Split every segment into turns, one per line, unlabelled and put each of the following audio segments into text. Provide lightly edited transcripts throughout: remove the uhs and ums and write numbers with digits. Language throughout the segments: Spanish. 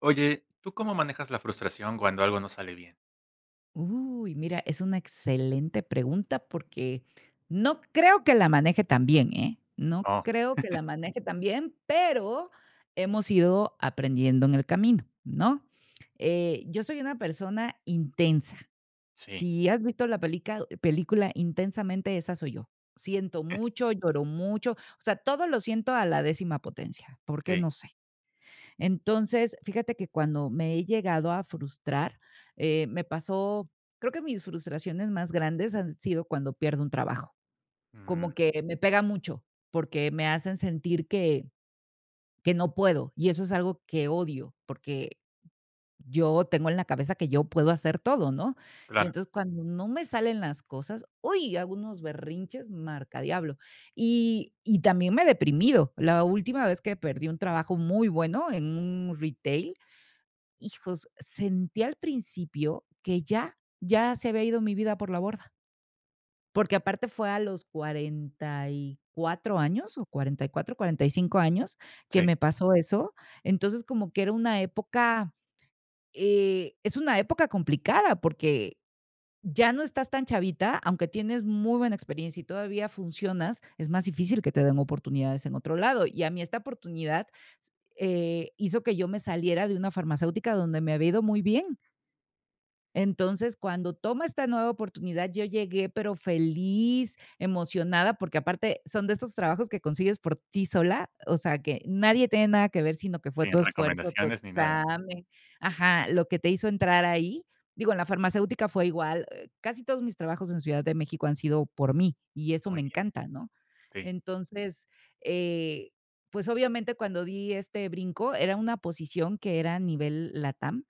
Oye, ¿tú cómo manejas la frustración cuando algo no sale bien?
Uy, mira, es una excelente pregunta porque no creo que la maneje tan bien, ¿eh? No
Oh,
creo que la maneje tan bien, pero hemos ido aprendiendo en el camino, ¿no? Yo soy una persona intensa.
sí.
Si has visto la película Intensamente, esa soy yo. Siento mucho, lloro mucho, o sea, todo lo siento a la décima potencia, porque
Sí,
no sé. Entonces, fíjate que cuando me he llegado a frustrar, me pasó creo que mis frustraciones más grandes han sido cuando pierdo un trabajo,
mm,
como que me pega mucho, porque me hacen sentir que no puedo, y eso es algo que odio, porque yo tengo en la cabeza que yo puedo hacer todo, ¿no? Y
claro,
entonces, cuando no me salen las cosas, ¡uy!, hago unos berrinches marca diablo. Y también me he deprimido. La última vez que perdí un trabajo muy bueno en un retail, hijos, sentí al principio que ya, ya se había ido mi vida por la borda, porque aparte fue a los 44 años o cuarenta cuarenta y cuatro 45 años que
sí,
me pasó eso. Entonces, como que era una época, es una época complicada porque ya no estás tan chavita, aunque tienes muy buena experiencia y todavía funcionas, es más difícil que te den oportunidades en otro lado. Y a mí esta oportunidad, hizo que yo me saliera de una farmacéutica donde me había ido muy bien. Entonces, cuando toma esta nueva oportunidad, yo llegué, pero feliz, emocionada, porque aparte son de estos trabajos que consigues por ti sola, o sea, que nadie tiene nada que ver, sino que fue
sin
tu esfuerzo, tu
recomendaciones ni nada.
examen, ajá, lo que te hizo entrar ahí. Digo, en la farmacéutica fue igual, casi todos mis trabajos en Ciudad de México han sido por mí y eso me
Muy bien,
encanta, ¿no?
sí,
Entonces, eh, pues obviamente cuando di este brinco era una posición que era a nivel LATAM.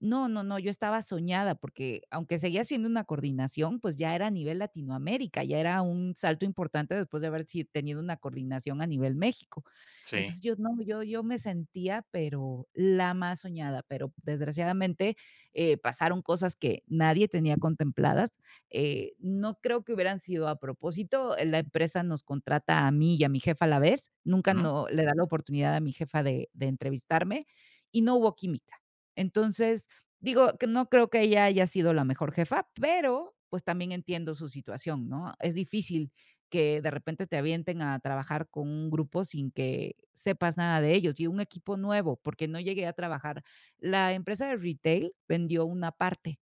No, no, no, yo estaba soñada porque aunque seguía siendo una coordinación, pues ya era a nivel Latinoamérica, ya era un salto importante después de haber si tenido una coordinación a nivel México.
sí.
Entonces yo no, yo me sentía, pero la más soñada, pero desgraciadamente, pasaron cosas que nadie tenía contempladas. No creo que hubieran sido a propósito, la empresa nos contrata a mí y a mi jefa a la vez, nunca
¿Mm?
no le da la oportunidad a mi jefa de entrevistarme y no hubo química. Entonces, digo, que no creo que ella haya sido la mejor jefa, pero, pues, también entiendo su situación, ¿no? Es difícil que de repente te avienten a trabajar con un grupo sin que sepas nada de ellos, y un equipo nuevo, porque no llegué a trabajar. La empresa de retail vendió una parte,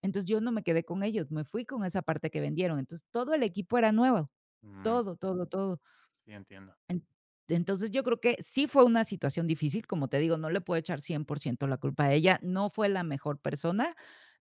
entonces yo no me quedé con ellos, me fui con esa parte que vendieron, entonces todo el equipo era nuevo,
Mm,
todo, todo, todo.
sí, entiendo.
En entonces, yo creo que sí fue una situación difícil, como te digo, no le puedo echar 100% la culpa a ella, no fue la mejor persona,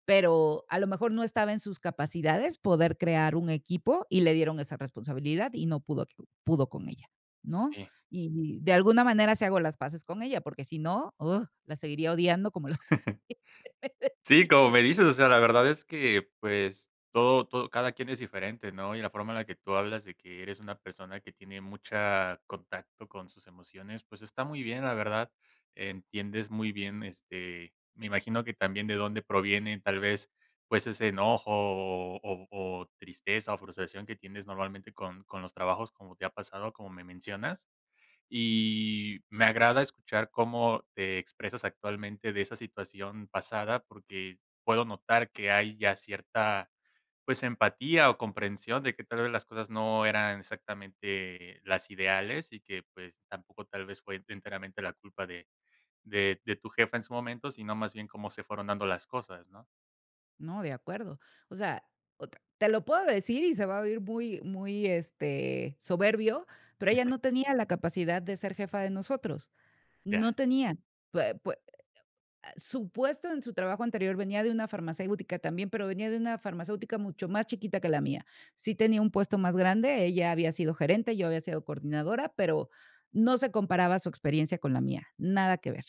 pero a lo mejor no estaba en sus capacidades poder crear un equipo y le dieron esa responsabilidad y no pudo con ella, ¿no?
Sí.
Y de alguna manera se hago las paces con ella, porque si no, ¡ugh!, la seguiría odiando como lo
Sí, como me dices, o sea, la verdad es que, pues, todo cada quien es diferente, ¿no? Y la forma en la que tú hablas de que eres una persona que tiene mucha contacto con sus emociones, pues, está muy bien, la verdad. Entiendes muy bien, este, me imagino que también de dónde proviene, tal vez, pues, ese enojo o tristeza o frustración que tienes normalmente con los trabajos, como te ha pasado, como me mencionas, y me agrada escuchar cómo te expresas actualmente de esa situación pasada, porque puedo notar que hay ya cierta, pues, empatía o comprensión de que tal vez las cosas no eran exactamente las ideales y que, pues, tampoco tal vez fue enteramente la culpa de tu jefa en su momento, sino más bien cómo se fueron dando las cosas, ¿no?
No, de acuerdo. O sea, ot te te lo puedo decir y se va a oír muy muy, soberbio, pero ella no tenía la capacidad de ser jefa de nosotros,
Ya.
no tenía. Pue pue Su puesto en su trabajo anterior venía de una farmacéutica también, pero venía de una farmacéutica mucho más chiquita que la mía. Sí tenía un puesto más grande, ella había sido gerente, yo había sido coordinadora, pero no se comparaba su experiencia con la mía, nada que ver,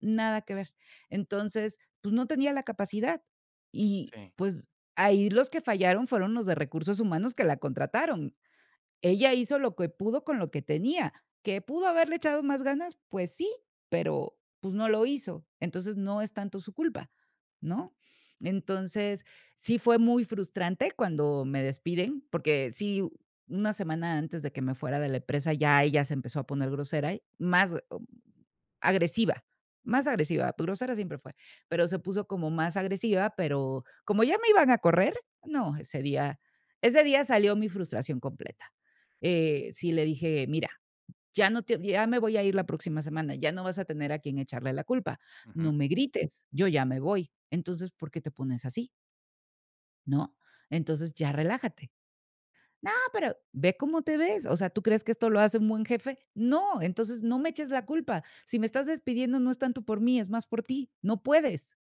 nada que ver. Entonces, pues no tenía la capacidad y
Sí.
pues ahí los que fallaron fueron los de recursos humanos que la contrataron, ella hizo lo que pudo con lo que tenía. ¿Que pudo haberle echado más ganas? Pues sí, pero, pues, no lo hizo, entonces no es tanto su culpa, ¿no? Entonces, sí fue muy frustrante cuando me despiden, porque sí, una semana antes de que me fuera de la empresa, ya ella se empezó a poner grosera, y más agresiva, más agresiva, pues, grosera siempre fue, pero se puso como más agresiva, pero como ya me iban a correr, no, ese día salió mi frustración completa. Sí le dije: "Mira, ya no te ya me voy a ir la próxima semana, ya no vas a tener a quien echarle la culpa. No
Ujú.
me grites, yo ya me voy. Entonces, ¿por qué te pones así?, ¿no? Entonces, ya relájate". "No, pero ve cómo te ves, o sea, ¿tú crees que esto lo hace un buen jefe?". "No, entonces no me eches la culpa. Si me estás despidiendo no es tanto por mí, es más por ti. No puedes".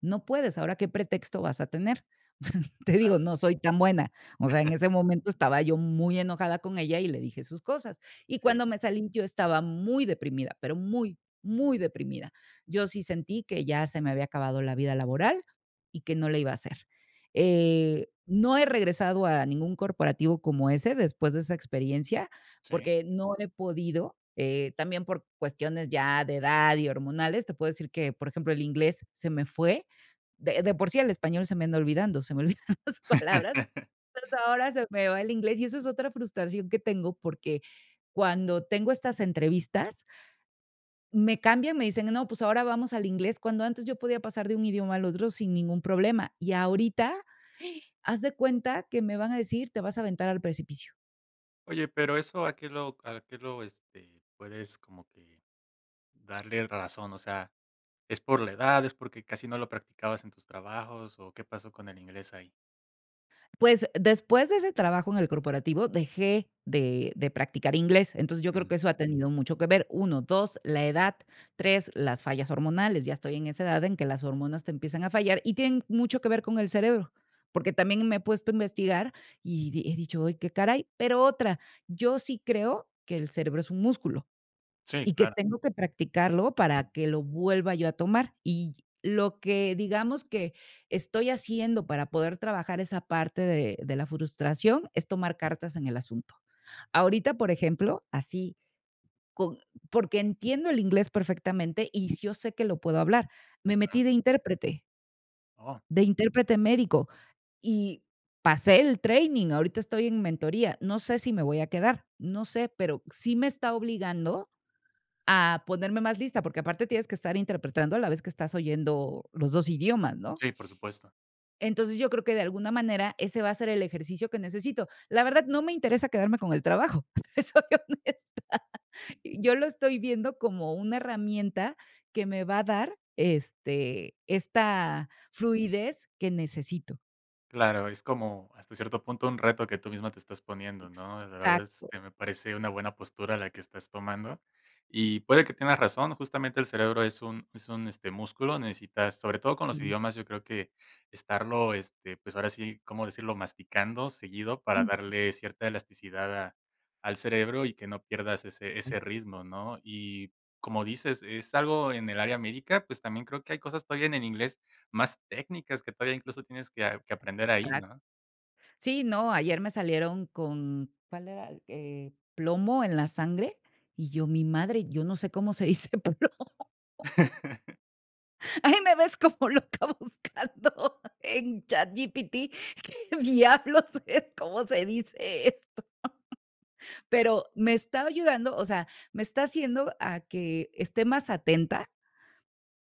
No puedes, ahora, ¿qué pretexto vas a tener? Te digo, no soy tan buena. O sea, en ese momento estaba yo muy enojada con ella y le dije sus cosas. Y cuando
Sí.
me salí, yo estaba muy deprimida, pero muy, muy deprimida. Yo sí sentí que ya se me había acabado la vida laboral y que no la iba a hacer. No he regresado a ningún corporativo como ese después de esa experiencia,
Sí.
porque no he podido, también por cuestiones ya de edad y hormonales. Te puedo decir que, por ejemplo, el inglés se me fue. De por sí el español se me anda olvidando, se me olvidan las palabras, entonces ahora se me va el inglés y eso es otra frustración que tengo porque cuando tengo estas entrevistas, me cambian, me dicen: "No, pues ahora vamos al inglés", cuando antes yo podía pasar de un idioma al otro sin ningún problema, y ahorita haz de cuenta que me van a decir: "Te vas a aventar al precipicio".
Oye, pero eso, ¿a qué lo puedes como que darle razón? O sea, ¿es por la edad, es porque casi no lo practicabas en tus trabajos o qué pasó con el inglés ahí?
Pues, después de ese trabajo en el corporativo, dejé de practicar inglés. Entonces, yo creo
Mm,
que eso ha tenido mucho que ver. Uno, 2, la edad, 3, las fallas hormonales. Ya estoy en esa edad en que las hormonas te empiezan a fallar y tienen mucho que ver con el cerebro, porque también me he puesto a investigar y di he dicho: "Ay, qué caray". Pero otra, yo sí creo que el cerebro es un músculo.
sí,
Y que
claro.
tengo que practicarlo para que lo vuelva yo a tomar. Y lo que, digamos, que estoy haciendo para poder trabajar esa parte de la frustración es tomar cartas en el asunto. Ahorita, por ejemplo, así, con porque entiendo el inglés perfectamente y yo sé que lo puedo hablar. Me
Ujú.
metí
Oh,
de intérprete médico y pasé el training, ahorita estoy en mentoría. No sé si me voy a quedar, no sé, pero sí me está obligando a ponerme más lista, porque aparte tienes que estar interpretando a la vez que estás oyendo los 2 idiomas, ¿no?
sí, por supuesto.
Entonces, yo creo que de alguna manera ese va a ser el ejercicio que necesito. La verdad, no me interesa quedarme con el trabajo, te soy honesta. Yo lo estoy viendo como una herramienta que me va a dar, esta fluidez que necesito.
Claro, es como hasta cierto punto un reto que tú misma te estás poniendo, ¿no? La verdad,
Exacto,
este, me parece una buena postura la que estás tomando. Y puede que tengas razón, justamente el cerebro es un, es un músculo, necesitas, sobre todo con los
sí.
idiomas, yo creo que estarlo, este, pues ahora sí, ¿cómo decirlo?, masticando seguido para
Ujú,
darle cierta elasticidad a- al cerebro y que no pierdas ese, ese ritmo, ¿no? Y como dices, es algo en el área médica, pues también creo que hay cosas todavía en el inglés más técnicas que todavía incluso tienes que aprender ahí, ¿no?
exacto. Sí, no, ayer me salieron con, ¿cuál era? Plomo en la sangre, y yo, mi madre, yo no sé cómo se dice plomo. Ahí me ves como loca buscando en ChatGPT, diablos, es ¿cómo se dice? Eso. Pero me está ayudando, o sea, me está haciendo a que esté más atenta.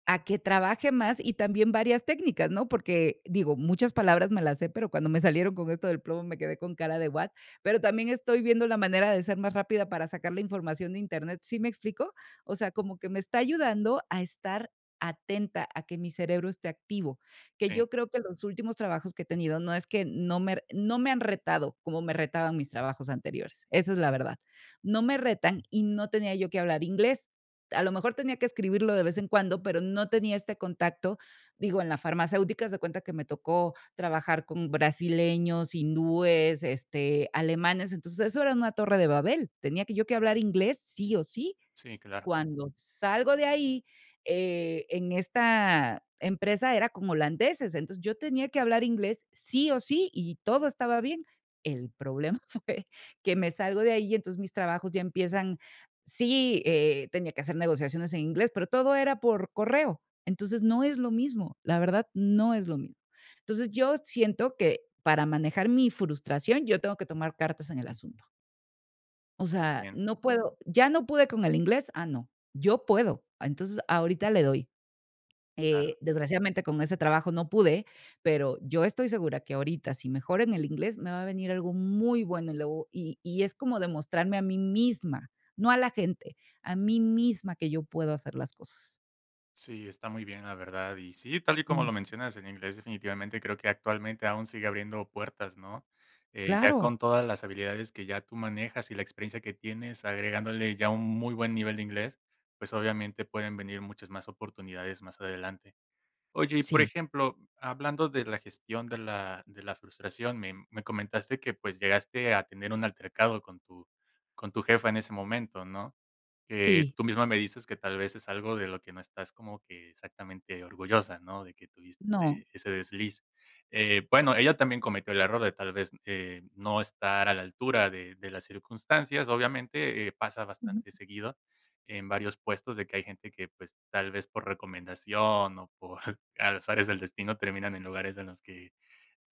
A que trabaje más y también varias técnicas, ¿no? Porque, digo, muchas palabras me las sé, pero cuando me salieron con esto del plomo me quedé con cara de what, pero también estoy viendo la manera de ser más rápida para sacar la información de Internet, ¿sí me explico? O sea, como que me está ayudando a estar atenta, a que mi cerebro esté activo, que
Sí,
yo creo que los últimos trabajos que he tenido no es que no me han retado como me retaban mis trabajos anteriores, esa es la verdad. No me retan y no tenía yo que hablar inglés, a lo mejor tenía que escribirlo de vez en cuando, pero no tenía este contacto. Digo, en la farmacéutica, haz de cuenta que me tocó trabajar con brasileños, hindúes, este, alemanes, entonces eso era una torre de Babel. Tenía que yo que hablar inglés sí o sí.
sí, claro.
Cuando salgo de ahí, en esta empresa era con holandeses, entonces yo tenía que hablar inglés sí o sí y todo estaba bien. El problema fue que me salgo de ahí, y entonces mis trabajos ya empiezan sí, tenía que hacer negociaciones en inglés, pero todo era por correo. Entonces no es lo mismo, la verdad no es lo mismo. Entonces yo siento que para manejar mi frustración, yo tengo que tomar cartas en el asunto. O
Muy
sea,
bien,
no puedo, ya no pude con el inglés, ah, no, yo puedo. Ah, entonces, ahorita le doy.
claro.
Desgraciadamente con ese trabajo no pude, pero yo estoy segura que ahorita, si mejoro en el inglés, me va a venir algo muy bueno y, es como demostrarme a mí misma, no a la gente, a mí misma que yo puedo hacer las cosas.
Sí, está muy bien, la verdad. Y sí, tal y como
Mm,
lo mencionas, en inglés definitivamente creo que actualmente aún sigue abriendo puertas, ¿no? Ya
claro,
con todas las habilidades que ya tú manejas y la experiencia que tienes, agregándole ya un muy buen nivel de inglés, pues obviamente pueden venir muchas más oportunidades más adelante. Oye, y por
sí,
ejemplo, hablando de la gestión de la frustración, me comentaste que, pues, llegaste a tener un altercado con tu jefa en ese momento, ¿no?
sí,
Tú misma me dices que tal vez es algo de lo que no estás como que exactamente orgullosa, ¿no?, de que tuviste
no,
ese desliz. Bueno, ella también cometió el error de tal vez, no estar a la altura de las circunstancias. Obviamente, pasa
ujú,
bastante seguido en varios puestos de que hay gente que, pues, tal vez por recomendación o por azares del destino terminan en lugares en los que,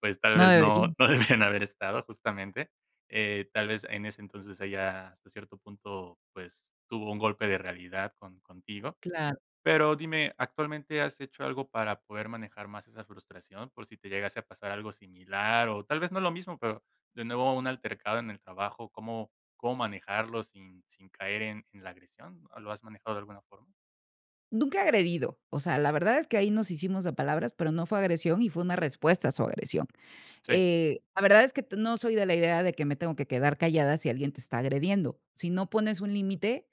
pues, tal
no
vez
debería,
no debían haber estado, justamente. Tal vez, en ese entonces ella, hasta cierto punto, pues, tuvo un golpe de realidad contigo.
claro.
Pero dime, ¿actualmente has hecho algo para poder manejar más esa frustración? Por si te llegase a pasar algo similar, o tal vez no lo mismo, pero de nuevo un altercado en el trabajo, ¿cómo manejarlo sin caer en la agresión? ¿Lo has manejado de alguna forma?
Nunca agredido. O sea, la verdad es que ahí nos hicimos de palabras, pero no fue agresión y fue una respuesta a su agresión.
Sí,
La verdad es que t no soy de la idea de que me tengo que quedar callada si alguien te está agrediendo. Si no pones un límite,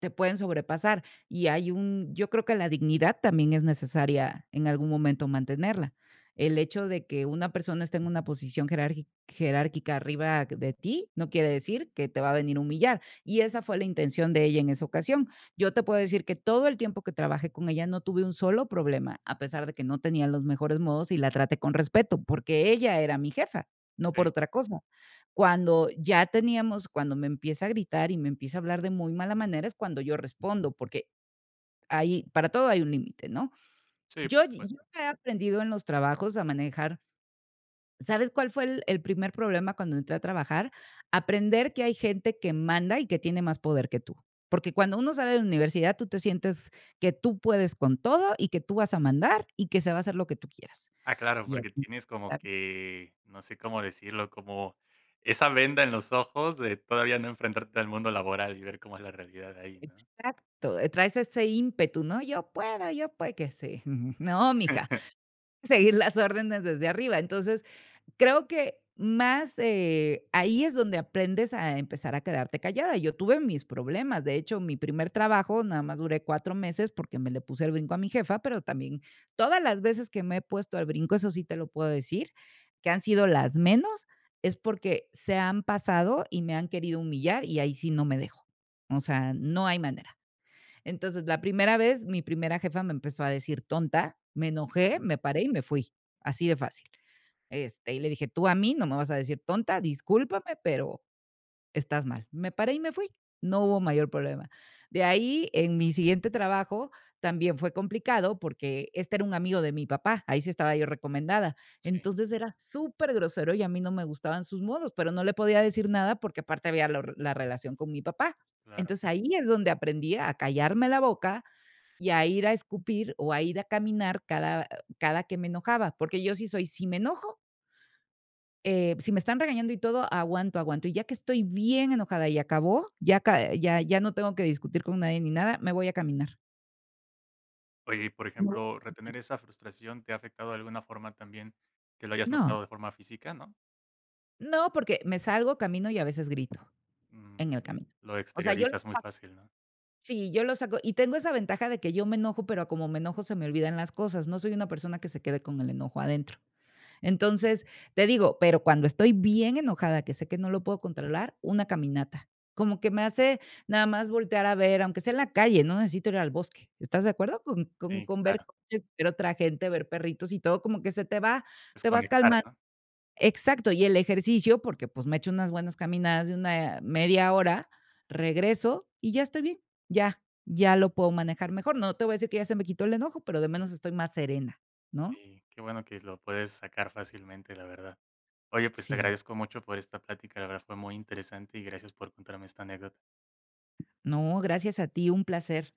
te pueden sobrepasar y hay un yo creo que la dignidad también es necesaria en algún momento mantenerla. El hecho de que una persona esté en una posición jerárquica arriba de ti, no quiere decir que te va a venir a humillar, y esa fue la intención de ella en esa ocasión. Yo te puedo decir que todo el tiempo que trabajé con ella no tuve un solo problema, a pesar de que no tenía los mejores modos y la traté con respeto, porque ella era mi jefa, no por
sí,
otra cosa. Cuando ya teníamos cuando me empieza a gritar y me empieza a hablar de muy mala manera, es cuando yo respondo, porque ahí para todo hay un límite, ¿no?
sí, por
Yo
supuesto.
he aprendido en los trabajos a manejar, ¿sabes cuál fue el primer problema cuando entré a trabajar? Aprender que hay gente que manda y que tiene más poder que tú. Porque cuando uno sale de la universidad, tú te sientes que tú puedes con todo y que tú vas a mandar y que se va a hacer lo que tú quieras.
Ah, claro,
Y
porque
aquí
tienes como que, no sé cómo decirlo, como esa venda en los ojos de todavía no enfrentarte al mundo laboral y ver cómo es la realidad ahí, ¿no?
exacto, traes ese ímpetu, ¿no? Yo puedo, que sí. No, mija, seguir las órdenes desde arriba. Entonces, creo que más, ahí es donde aprendes a empezar a quedarte callada. Yo tuve mis problemas. De hecho, mi primer trabajo nada más duré 4 meses porque me le puse el brinco a mi jefa, pero también todas las veces que me he puesto al brinco, eso sí te lo puedo decir, que han sido las menos, es porque se han pasado y me han querido humillar y ahí sí no me dejo. O sea, no hay manera. Entonces, la primera vez, mi primera jefa me empezó a decir tonta, me enojé,
Ujú.
me paré y me fui, así de fácil. Este, y le dije: "Tú a mí no me vas a decir tonta, discúlpame, pero estás mal". Me paré y me fui, no hubo mayor problema. De ahí, en mi siguiente trabajo, también fue complicado, porque este era un amigo de mi papá, ahí sí estaba yo recomendada.
Sí,
Entonces, era súper grosero y a mí no me gustaban sus modos, pero no le podía decir nada, porque aparte había la relación con mi papá.
claro.
Entonces, ahí es donde aprendí a callarme la boca y a ir a escupir o a ir a caminar cada que me enojaba, porque yo sí soy, si me enojo, si me están regañando y todo, aguanto, aguanto, y ya que estoy bien enojada y acabó, ya ca ya ya no tengo que discutir con nadie ni nada, me voy a caminar.
Oye, y por
No.
ejemplo, retener esa frustración, ¿te ha afectado de alguna forma también que lo hayas
No,
notado de forma física, no?
no, porque me salgo, camino y a veces grito
Mm,
en
muy
el
bien.
camino.
Lo
O sea, yo lo
exteriorizas muy
saco,
fácil, ¿no?
sí, yo lo saco y tengo esa ventaja de que yo me enojo, pero como me enojo se me olvidan las cosas, no soy una persona que se quede con el enojo adentro. Entonces, te digo, pero cuando estoy bien enojada, que sé que no lo puedo controlar, una caminata. Como que me hace nada más voltear a ver, aunque sea en la calle, no necesito ir al bosque. ¿Estás de acuerdo? Con con
Sí,
con ver
claro.
coches, ver otra gente, ver perritos y todo, como que se te va, te vas
Desconectar,
calmando.
¿no?
Exacto, y el ejercicio, porque, pues, me echo unas buenas caminadas de una media hora, regreso y ya estoy bien, ya, ya lo puedo manejar mejor. No te voy a decir que ya se me quitó el enojo, pero de menos estoy más serena, ¿no?
Sí, qué bueno que lo puedes sacar fácilmente, la verdad. Oye, pues te
Sí.
agradezco mucho por esta plática, la verdad fue muy interesante y gracias por contarme esta anécdota.
No, gracias a ti, un placer.